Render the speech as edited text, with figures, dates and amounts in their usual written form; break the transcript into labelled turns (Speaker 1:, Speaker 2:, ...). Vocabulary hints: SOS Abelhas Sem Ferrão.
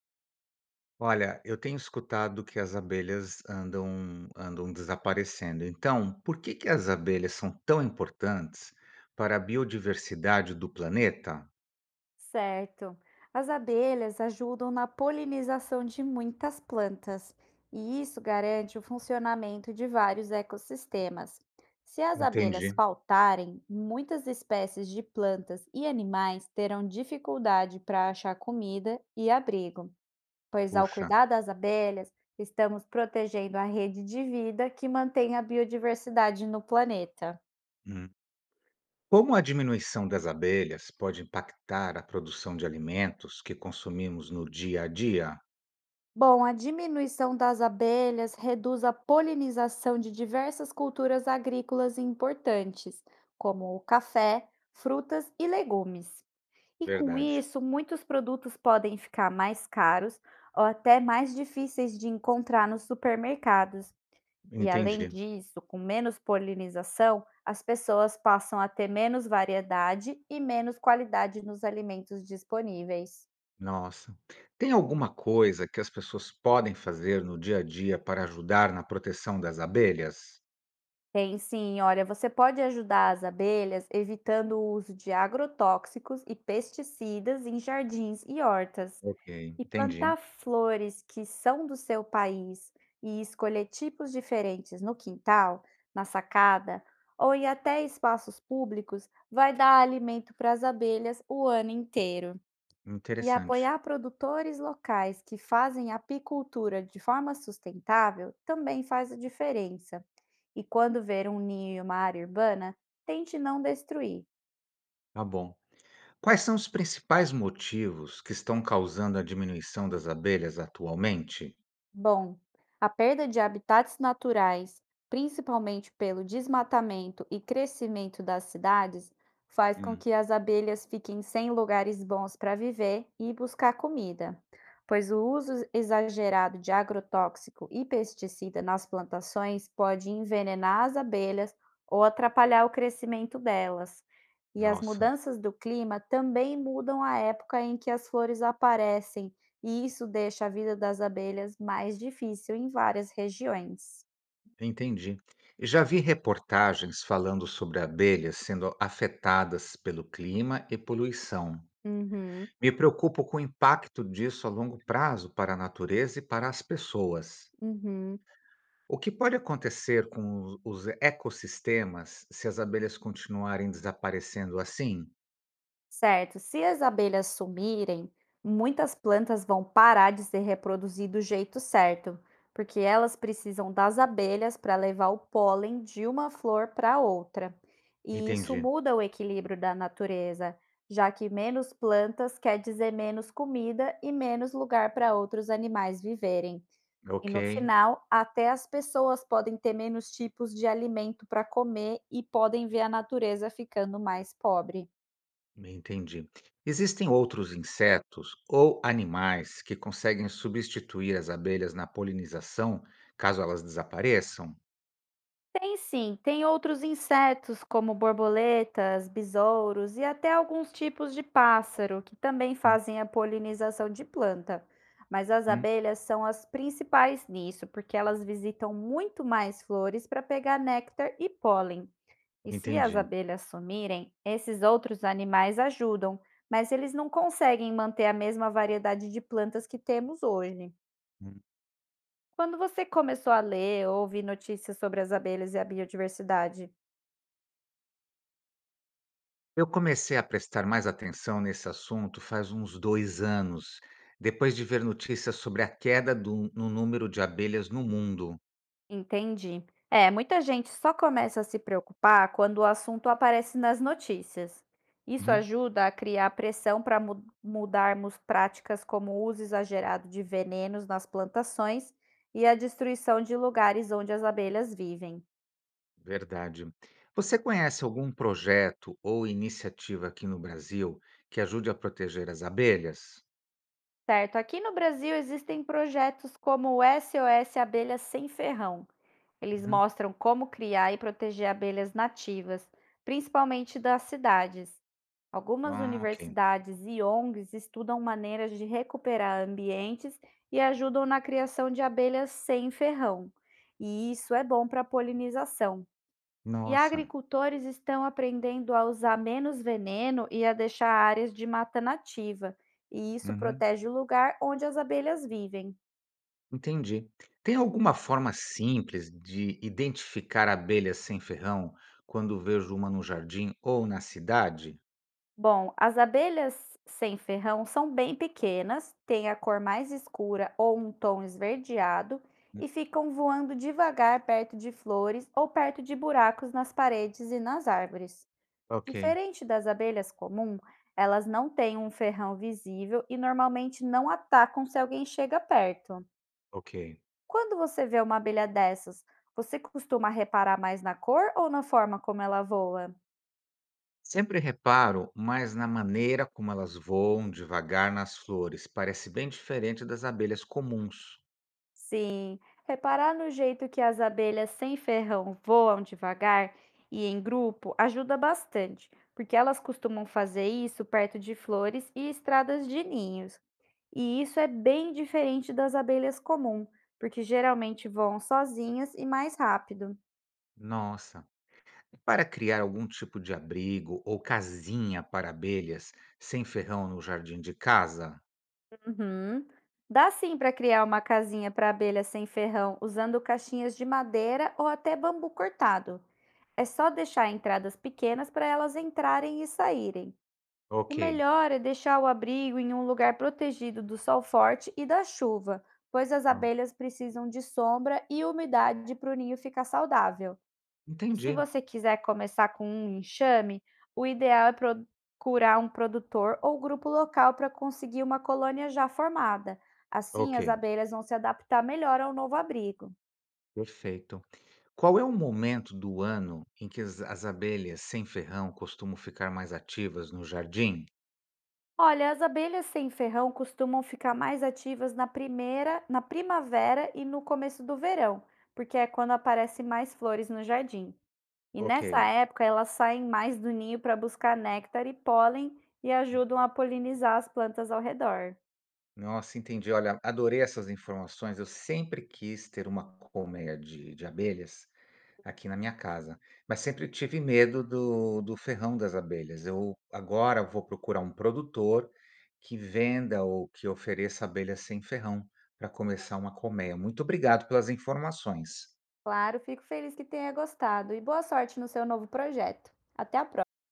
Speaker 1: Olha, eu tenho escutado que as abelhas andam desaparecendo. Então, por que que as abelhas são tão importantes para a biodiversidade do planeta?
Speaker 2: Certo. As abelhas ajudam na polinização de muitas plantas, e isso garante o funcionamento de vários ecossistemas. Se as abelhas
Speaker 1: Entendi.
Speaker 2: faltarem, muitas espécies de plantas e animais terão dificuldade para achar comida e abrigo, pois ao
Speaker 1: Puxa.
Speaker 2: cuidar das abelhas, estamos protegendo a rede de vida que mantém a biodiversidade no planeta.
Speaker 1: Hum. Como a diminuição das abelhas pode impactar a produção de alimentos que consumimos no dia a dia?
Speaker 2: Bom, a diminuição das abelhas reduz a polinização de diversas culturas agrícolas importantes, como o café, frutas e legumes. E com
Speaker 1: Verdade.
Speaker 2: isso, muitos produtos podem ficar mais caros ou até mais difíceis de encontrar nos supermercados. E além
Speaker 1: Entendi.
Speaker 2: disso, com menos polinização, as pessoas passam a ter menos variedade e menos qualidade nos alimentos disponíveis.
Speaker 1: Nossa. Tem alguma coisa que as pessoas podem fazer no dia a dia para ajudar na proteção das abelhas?
Speaker 2: Tem sim, olha, você pode ajudar as abelhas evitando o uso de agrotóxicos e pesticidas em jardins e hortas,
Speaker 1: Ok,
Speaker 2: e
Speaker 1: entendi.
Speaker 2: plantar flores que são do seu país e escolher tipos diferentes no quintal, na sacada ou em até espaços públicos vai dar alimento para as abelhas o ano inteiro. E
Speaker 1: Interessante.
Speaker 2: apoiar produtores locais que fazem apicultura de forma sustentável também faz a diferença. E quando ver um ninho e uma área urbana, tente não destruir.
Speaker 1: Tá bom. Quais são os principais motivos que estão causando a diminuição das abelhas atualmente?
Speaker 2: Bom, a perda de habitats naturais, principalmente pelo desmatamento e crescimento das cidades, faz com
Speaker 1: Hum,
Speaker 2: que as abelhas fiquem sem lugares bons para viver e buscar comida, pois o uso exagerado de agrotóxico e pesticida nas plantações pode envenenar as abelhas ou atrapalhar o crescimento delas. E as
Speaker 1: nossa,
Speaker 2: mudanças do clima também mudam a época em que as flores aparecem e isso deixa a vida das abelhas mais difícil em várias regiões.
Speaker 1: entendi. Já vi reportagens falando sobre abelhas sendo afetadas pelo clima e poluição.
Speaker 2: Uhum,
Speaker 1: Me preocupo com o impacto disso a longo prazo para a natureza e para as pessoas.
Speaker 2: uhum.
Speaker 1: O que pode acontecer com os ecossistemas se as abelhas continuarem desaparecendo assim?
Speaker 2: Certo, se as abelhas sumirem, muitas plantas vão parar de se reproduzir do jeito certo, porque elas precisam das abelhas para levar o pólen de uma flor para outra. E isso
Speaker 1: Entendi.
Speaker 2: muda o equilíbrio da natureza, já que menos plantas quer dizer menos comida e menos lugar para outros animais viverem. E
Speaker 1: Ok.
Speaker 2: no final, até as pessoas podem ter menos tipos de alimento para comer e podem ver a natureza ficando mais pobre.
Speaker 1: Entendi. Existem outros insetos ou animais que conseguem substituir as abelhas na polinização, caso elas desapareçam?
Speaker 2: Tem sim, tem outros insetos como borboletas, besouros e até alguns tipos de pássaro que também
Speaker 1: Hum,
Speaker 2: fazem a polinização de planta. Mas as
Speaker 1: hum,
Speaker 2: abelhas são as principais nisso, porque elas visitam muito mais flores para pegar néctar e pólen. E se as
Speaker 1: entendi.
Speaker 2: abelhas sumirem, esses outros animais ajudam, mas eles não conseguem manter a mesma variedade de plantas que temos hoje.
Speaker 1: Hum.
Speaker 2: Quando você começou a ler ou ouvir notícias sobre as abelhas e a biodiversidade?
Speaker 1: Eu comecei a prestar mais atenção nesse assunto faz uns 2 anos, depois de ver notícias sobre a no número de abelhas no mundo.
Speaker 2: Entendi. É, muita gente só começa a se preocupar quando o assunto aparece nas notícias. Isso
Speaker 1: Uhum.
Speaker 2: ajuda a criar pressão para mudarmos práticas como o uso exagerado de venenos nas plantações e a destruição de lugares onde as abelhas vivem.
Speaker 1: Verdade. Você conhece algum projeto ou iniciativa aqui no Brasil que ajude a proteger as abelhas?
Speaker 2: Certo, aqui no Brasil existem projetos como o SOS Abelhas Sem Ferrão. Eles
Speaker 1: Uhum.
Speaker 2: mostram como criar e proteger abelhas nativas, principalmente das cidades. Algumas
Speaker 1: Ah, ok.
Speaker 2: universidades e ONGs estudam maneiras de recuperar ambientes e ajudam na criação de abelhas sem ferrão. E isso é bom para a polinização. E
Speaker 1: Nossa,
Speaker 2: agricultores estão aprendendo a usar menos veneno e a deixar áreas de mata nativa, e isso
Speaker 1: uhum,
Speaker 2: protege o lugar onde as abelhas vivem.
Speaker 1: entendi. Tem alguma forma simples de identificar abelhas sem ferrão quando vejo uma no jardim ou na cidade?
Speaker 2: Bom, as abelhas sem ferrão são bem pequenas, têm a cor mais escura ou um tom esverdeado
Speaker 1: Hum,
Speaker 2: e ficam voando devagar perto de flores ou perto de buracos nas paredes e nas árvores.
Speaker 1: Ok,
Speaker 2: Diferente das abelhas comum, elas não têm um ferrão visível e normalmente não atacam se alguém chega perto.
Speaker 1: ok.
Speaker 2: Quando você vê uma abelha dessas, você costuma reparar mais na cor ou na forma como ela voa?
Speaker 1: Sempre reparo mais na maneira como elas voam devagar nas flores. Parece bem diferente das abelhas comuns.
Speaker 2: Sim, reparar no jeito que as abelhas sem ferrão voam devagar e em grupo ajuda bastante, porque elas costumam fazer isso perto de flores e estradas de ninhos. E isso é bem diferente das abelhas comum, porque geralmente voam sozinhas e mais rápido.
Speaker 1: Nossa. Para criar algum tipo de abrigo ou casinha para abelhas sem ferrão no jardim de casa?
Speaker 2: Uhum. Dá sim para criar uma casinha para abelhas sem ferrão usando caixinhas de madeira ou até bambu cortado. É só deixar entradas pequenas para elas entrarem e saírem. O
Speaker 1: Ok.
Speaker 2: melhor é deixar o abrigo em um lugar protegido do sol forte e da chuva, pois as
Speaker 1: Ah,
Speaker 2: abelhas precisam de sombra e umidade para o ninho ficar saudável. E se
Speaker 1: entendi.
Speaker 2: você quiser começar com um enxame, o ideal é procurar um produtor ou grupo local para conseguir uma colônia já formada. Assim,
Speaker 1: Ok.
Speaker 2: as abelhas vão se adaptar melhor ao novo abrigo.
Speaker 1: Perfeito. Qual é o momento do ano em que as abelhas sem ferrão costumam ficar mais ativas no jardim?
Speaker 2: Olha, as abelhas sem ferrão costumam ficar mais ativas na primeira, na primavera e no começo do verão, porque é quando aparecem mais flores no jardim. E nessa
Speaker 1: Ok.
Speaker 2: época elas saem mais do ninho para buscar néctar e pólen e ajudam a polinizar as plantas ao redor.
Speaker 1: Nossa, entendi. Olha, adorei essas informações. Eu sempre quis ter uma colmeia de abelhas aqui na minha casa, mas sempre tive medo do ferrão das abelhas. Eu agora vou procurar um produtor que venda ou que ofereça abelhas sem ferrão para começar uma colmeia. Muito obrigado pelas informações.
Speaker 2: Claro, fico feliz que tenha gostado e boa sorte no seu novo projeto. Até a próxima!